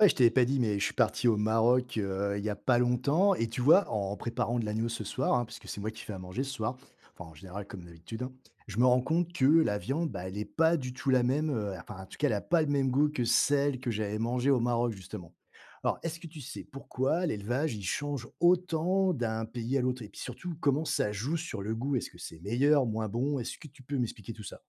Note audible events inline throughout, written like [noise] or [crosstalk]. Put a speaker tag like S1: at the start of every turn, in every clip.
S1: Ouais, je t'avais pas dit, mais je suis parti au Maroc, il y a pas longtemps et tu vois, en préparant de l'agneau ce soir, hein, parce que c'est moi qui fais à manger ce soir, enfin en général comme d'habitude, hein, je me rends compte que la viande, bah, elle est pas du tout la même, enfin en tout cas, elle a pas le même goût que celle que j'avais mangée au Maroc justement. Alors, est-ce que tu sais pourquoi l'élevage, il change autant d'un pays à l'autre? Et puis surtout, comment ça joue sur le goût? Est-ce que c'est meilleur, moins bon? Est-ce que tu peux m'expliquer tout ça?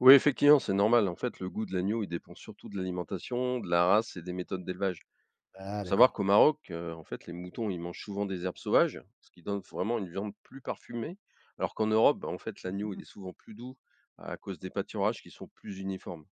S2: Oui, effectivement, c'est normal. En fait, le goût de l'agneau, il dépend surtout de l'alimentation, de la race et des méthodes d'élevage. Il
S1: Ah,
S2: faut savoir
S1: d'accord.
S2: qu'au Maroc, en fait, les moutons, ils mangent souvent des herbes sauvages, ce qui donne vraiment une viande plus parfumée, alors qu'en Europe, bah, en fait, l'agneau, il est souvent plus doux à cause des pâturages qui sont plus uniformes.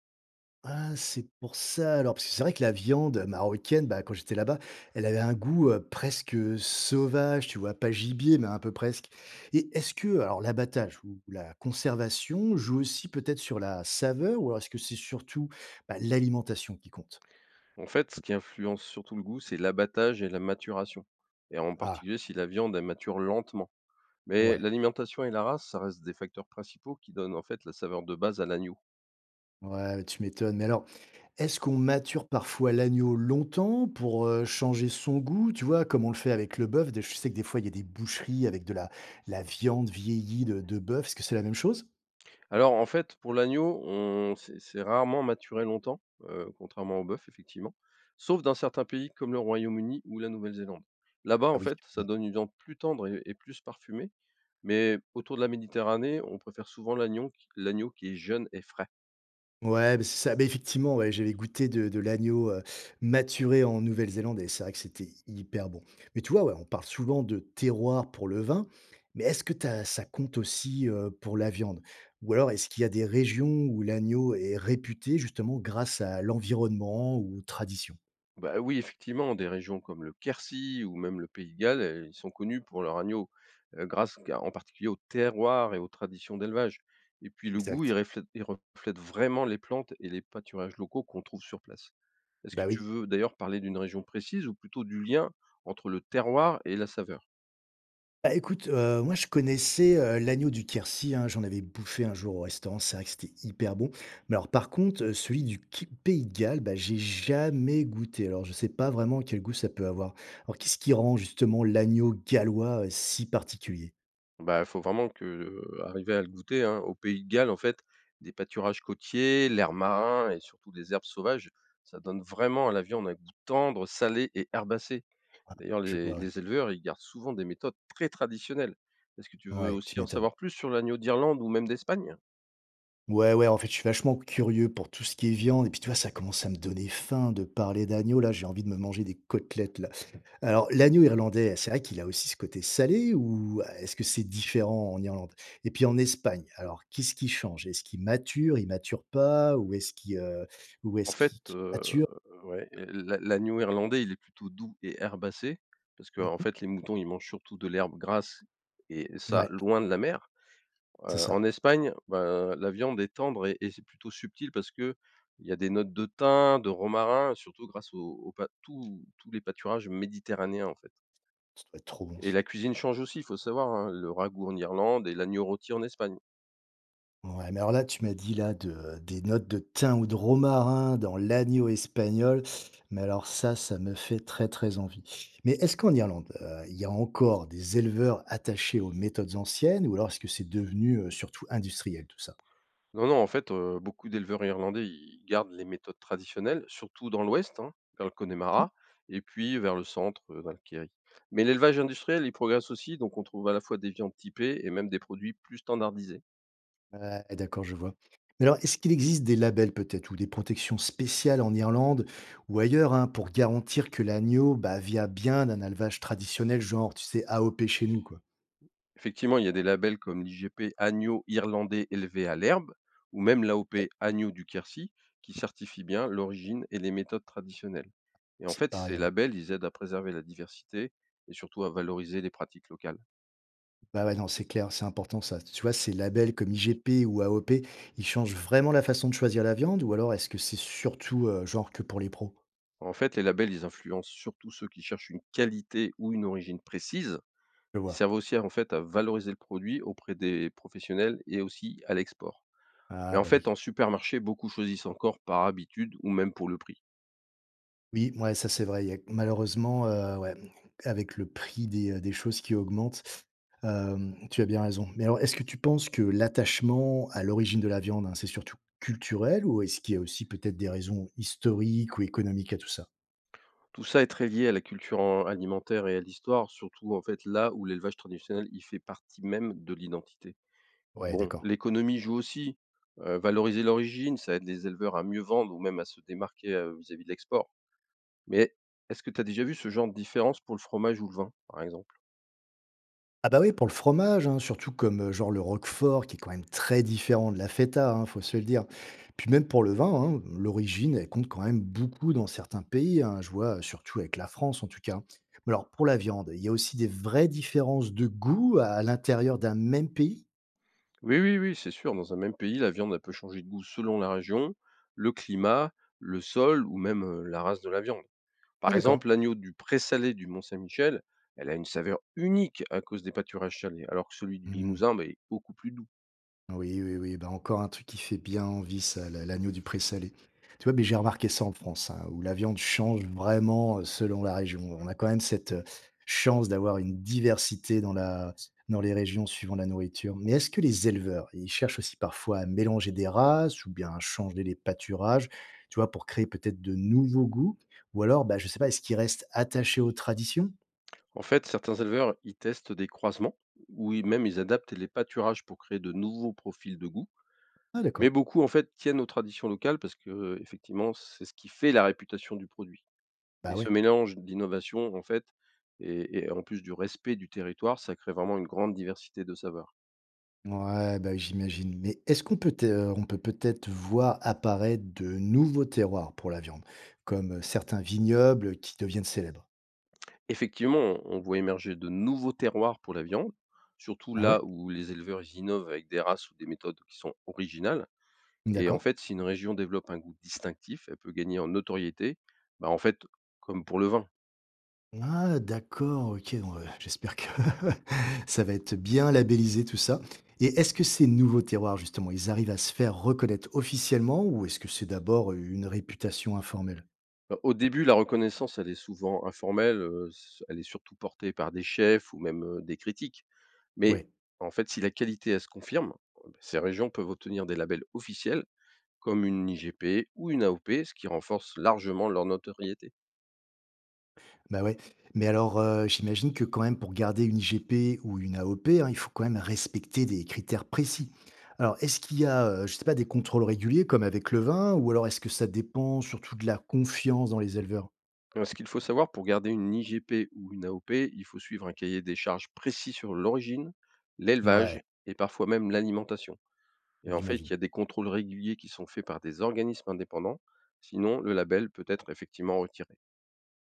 S1: Ah, c'est pour ça alors, parce que c'est vrai que la viande marocaine, bah, quand j'étais là-bas, elle avait un goût, presque, sauvage, tu vois? Pas gibier, mais un peu presque et est-ce que alors l'abattage ou la conservation joue aussi peut-être sur la saveur ou alors est-ce que c'est surtout, bah, l'alimentation qui compte?
S2: En fait, ce qui influence surtout le goût, c'est l'abattage et la maturation, et en
S1: Ah,
S2: particulier si la viande, elle mature lentement. Mais
S1: ouais,
S2: l'alimentation et la race, ça reste des facteurs principaux qui donnent en fait la saveur de base à l'agneau.
S1: ouais, tu m'étonnes, mais alors, est-ce qu'on mature parfois l'agneau longtemps pour, changer son goût, tu vois? Comme on le fait avec le bœuf, des je sais que des fois, il y a des boucheries avec de la viande vieillie de bœuf, est-ce que c'est la même chose?
S2: Alors en fait, pour l'agneau, on c'est rarement maturé longtemps, contrairement au bœuf effectivement, sauf dans certains pays comme le Royaume-Uni ou la Nouvelle-Zélande. Là-bas,
S1: Ah,
S2: en
S1: oui.
S2: fait, ça
S1: Mmh.
S2: donne une viande plus tendre et plus parfumée, mais autour de la Méditerranée, on préfère souvent l'agneau qui est jeune et frais.
S1: Ouais, beh, c'est ça. Beh, effectivement, ouais, j'avais goûté de l'agneau, maturé en Nouvelle-Zélande et c'est vrai que c'était hyper bon. Mais tu vois, ouais, on parle souvent de terroir pour le vin, mais est-ce que tu ça compte aussi, pour la viande? Ou alors est-ce qu'il y a des régions où l'agneau est réputé justement grâce à l'environnement ou aux traditions?
S2: Bah, oui, effectivement, des régions comme le Quercy ou même le Pays de Galles, ils sont connus pour leurs agneaux, grâce qu'à en particulier au terroir et aux traditions d'élevage. Et puis le goût, il
S1: Exact.
S2: reflète il reflète vraiment les plantes et les pâturages locaux qu'on trouve sur place. Est-ce que
S1: Bah,
S2: tu
S1: oui.
S2: veux d'ailleurs parler d'une région précise ou plutôt du lien entre le terroir et la saveur?
S1: Bah, écoute, moi je connaissais, l'agneau du Quercy, hein, j'en avais bouffé un jour au restaurant, c'est vrai que c'était hyper bon. Mais alors par contre, celui du qui Pays de Galles, bah, j'ai jamais goûté. Alors je sais pas vraiment quel goût ça peut avoir. Alors qu'est-ce qui rend justement l'agneau gallois, si particulier?
S2: Bah, faut vraiment que, arriver à le goûter, hein. Au Pays de Galles, en fait, des pâturages côtiers, l'air marin et surtout des herbes sauvages, ça donne vraiment à la viande un goût tendre, salé et herbacé. D'ailleurs,
S1: Je
S2: les
S1: vois, ouais.
S2: les éleveurs, ils gardent souvent des méthodes très traditionnelles. Est-ce que tu veux
S1: Ouais, tu
S2: aussi en
S1: m'étonnes.
S2: savoir plus sur l'agneau d'Irlande ou même d'Espagne?
S1: Ouais, ouais, en fait, je suis vachement curieux pour tout ce qui est viande et puis tu vois, ça commence à me donner faim de parler d'agneau là, j'ai envie de me manger des côtelettes là. Alors, l'agneau irlandais, c'est vrai qu'il a aussi ce côté salé ou est-ce que c'est différent en Irlande? Et puis en Espagne, alors qu'est-ce qui change? Est-ce qu'il mature, il mature pas ou est-ce qu'il, ou
S2: En
S1: est-ce
S2: fait,
S1: qu'il
S2: heu,
S1: mature?
S2: ouais, l'agneau irlandais, il est plutôt doux et herbacé parce que, en
S1: Mmh.
S2: fait, les moutons, ils mangent surtout de l'herbe grasse et ça,
S1: Ouais,
S2: loin de la mer.
S1: c'est
S2: En
S1: ça.
S2: Espagne, bah, la viande est tendre et c'est plutôt subtil parce que il y a des notes de thym, de romarin, surtout grâce aux aux pa tous tous les pâturages méditerranéens, en fait,
S1: Ça doit être trop bon
S2: et
S1: ça.
S2: la cuisine change aussi, il faut savoir, hein, le ragoût en Irlande et l'agneau rôti en Espagne.
S1: Ouais, mais alors là, tu m'as dit là de des notes de thym ou de romarin dans l'agneau espagnol, mais alors ça me fait très, très envie. Mais est-ce qu'en Irlande, il y a encore des éleveurs attachés aux méthodes anciennes ou alors est-ce que c'est devenu, surtout industriel tout ça?
S2: Non, non, en fait, beaucoup d'éleveurs irlandais, ils gardent les méthodes traditionnelles, surtout dans l'ouest, hein, vers le Connemara et puis vers le centre, vers le Kerry. Mais l'élevage industriel, il progresse aussi, donc on trouve à la fois des viandes typées et même des produits plus standardisés.
S1: Ouais, d'accord, je vois. Mais alors, est-ce qu'il existe des labels peut-être ou des protections spéciales en Irlande ou ailleurs hein, pour garantir que l'agneau bah, vient bien d'un élevage traditionnel, genre, tu sais, AOP chez nous, quoi.
S2: Effectivement, il y a des labels comme l'IGP agneau irlandais élevé à l'herbe ou même l'AOP agneau du Quercy qui certifient bien l'origine et les méthodes traditionnelles. Et en
S1: C'est
S2: fait,
S1: pareil
S2: ces
S1: alors.
S2: labels, ils aident à préserver la diversité et surtout à valoriser les pratiques locales.
S1: Bah, ouais, non, c'est clair, c'est important ça. Tu vois, ces labels comme IGP ou AOP, ils changent vraiment la façon de choisir la viande ou alors est-ce que c'est surtout genre que pour les pros?
S2: En fait, les labels, ils influencent surtout ceux qui cherchent une qualité ou une origine précise.
S1: Je
S2: Ils
S1: vois.
S2: servent aussi en fait à valoriser le produit auprès des professionnels et aussi à l'export. Mais
S1: Ah,
S2: en
S1: bah, oui.
S2: fait, en supermarché, beaucoup choisissent encore par habitude ou même pour le prix.
S1: Oui, ouais, ça c'est vrai. Il y a malheureusement, ouais, avec le prix des choses qui augmentent, tu as bien raison. Mais alors, est-ce que tu penses que l'attachement à l'origine de la viande, hein, c'est surtout culturel ou est-ce qu'il y a aussi peut-être des raisons historiques ou économiques à tout ça?
S2: Tout ça est très lié à la culture en alimentaire et à l'histoire, surtout en fait là où l'élevage traditionnel, y fait partie même de l'identité.
S1: Ouais,
S2: Bon,
S1: d'accord.
S2: l'économie joue aussi. Valoriser l'origine, ça aide les éleveurs à mieux vendre ou même à se démarquer vis-à-vis de l'export. Mais est-ce que tu as déjà vu ce genre de différence pour le fromage ou le vin, par exemple?
S1: Ah, bah, oui, pour le fromage, hein, surtout comme, genre le roquefort qui est quand même très différent de la feta, hein, faut se le dire. Puis même pour le vin, hein, l'origine, elle compte quand même beaucoup dans certains pays, hein, je vois, surtout avec la France en tout cas. Mais alors pour la viande, il y a aussi des vraies différences de goût à l'intérieur d'un même pays?
S2: Oui, oui, oui, c'est sûr. Dans un même pays, la viande elle peut changer de goût selon la région, le climat, le sol ou même la race de la viande.
S1: Ah,
S2: Par
S1: d'accord.
S2: exemple, l'agneau du Pré-Salé du Mont-Saint-Michel, elle a une saveur unique à cause des pâturages salés, alors que celui du
S1: Mmh.
S2: Limousin bah, est beaucoup plus doux.
S1: Oui, oui, oui, bah, encore un truc qui fait bien envie ça, la l'agneau du pré-salé. Tu vois? Mais j'ai remarqué ça en France, hein, où la viande change vraiment, selon la région. On a quand même cette, chance d'avoir une diversité dans la dans les régions suivant la nourriture. Mais est-ce que les éleveurs, ils cherchent aussi parfois à mélanger des races ou bien à changer les pâturages, tu vois? Pour créer peut-être de nouveaux goûts? Ou alors, bah, je sais pas, est-ce qu'ils restent attachés aux traditions?
S2: En fait, certains éleveurs y testent des croisements, même ils adaptent les pâturages pour créer de nouveaux profils de goût.
S1: Ah,
S2: Mais
S1: d'accord,
S2: beaucoup, en fait, tiennent aux traditions locales parce que, effectivement, c'est ce qui fait la réputation du produit.
S1: bah,
S2: Et ce
S1: ouais.
S2: mélange d'innovation, en fait, et en plus du respect du territoire, ça crée vraiment une grande diversité de saveurs.
S1: Ouais, bah, j'imagine. Mais est-ce qu'on peut peut-être voir apparaître de nouveaux terroirs pour la viande, comme certains vignobles qui deviennent célèbres?
S2: Effectivement, on voit émerger de nouveaux terroirs pour la viande, surtout
S1: Ah, ouais?
S2: là où les éleveurs ils innovent avec des races ou des méthodes qui sont originales. Et en
S1: D'accord.
S2: fait, si une région développe un goût distinctif, elle peut gagner en notoriété, bah, en fait, comme pour le vin.
S1: Ah, d'accord, ok, bon, j'espère que [laughs] ça va être bien labellisé tout ça. Et est-ce que ces nouveaux terroirs, justement, ils arrivent à se faire reconnaître officiellement ou est-ce que c'est d'abord une réputation informelle?
S2: Bah, au début, la reconnaissance, elle est souvent informelle, elle est surtout portée par des chefs ou même des critiques. Mais
S1: Ouais.
S2: en fait, si la qualité, elle se confirme, bah, ces régions peuvent obtenir des labels officiels comme une IGP ou une AOP, ce qui renforce largement leur notoriété.
S1: Bah, ouais. Mais alors, j'imagine que quand même pour garder une IGP ou une AOP, hein, il faut quand même respecter des critères précis. Alors est-ce qu'il y a, je sais pas, des contrôles réguliers comme avec le vin ou alors est-ce que ça dépend surtout de la confiance dans les éleveurs?
S2: Alors, ce qu'il faut savoir, pour garder une IGP ou une AOP, il faut suivre un cahier des charges précis sur l'origine,
S1: Ouais,
S2: l'élevage et parfois même l'alimentation. Et en fait,
S1: j'imagine.
S2: il y a des contrôles réguliers qui sont faits par des organismes indépendants, sinon le label peut être effectivement retiré.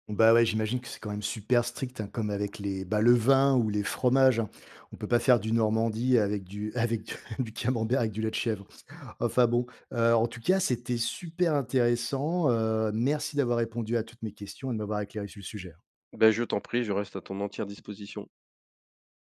S1: Bah, ouais, j'imagine que c'est quand même super strict, hein, comme avec les bah, le vin ou les fromages, hein. On peut pas faire du normandie avec du [laughs] avec du camembert avec du lait de chèvre. Enfin bon, en tout cas, c'était super intéressant, merci d'avoir répondu à toutes mes questions et de m'avoir éclairé sur le sujet.
S2: Ben, je t'en prie, je reste à ton entière disposition.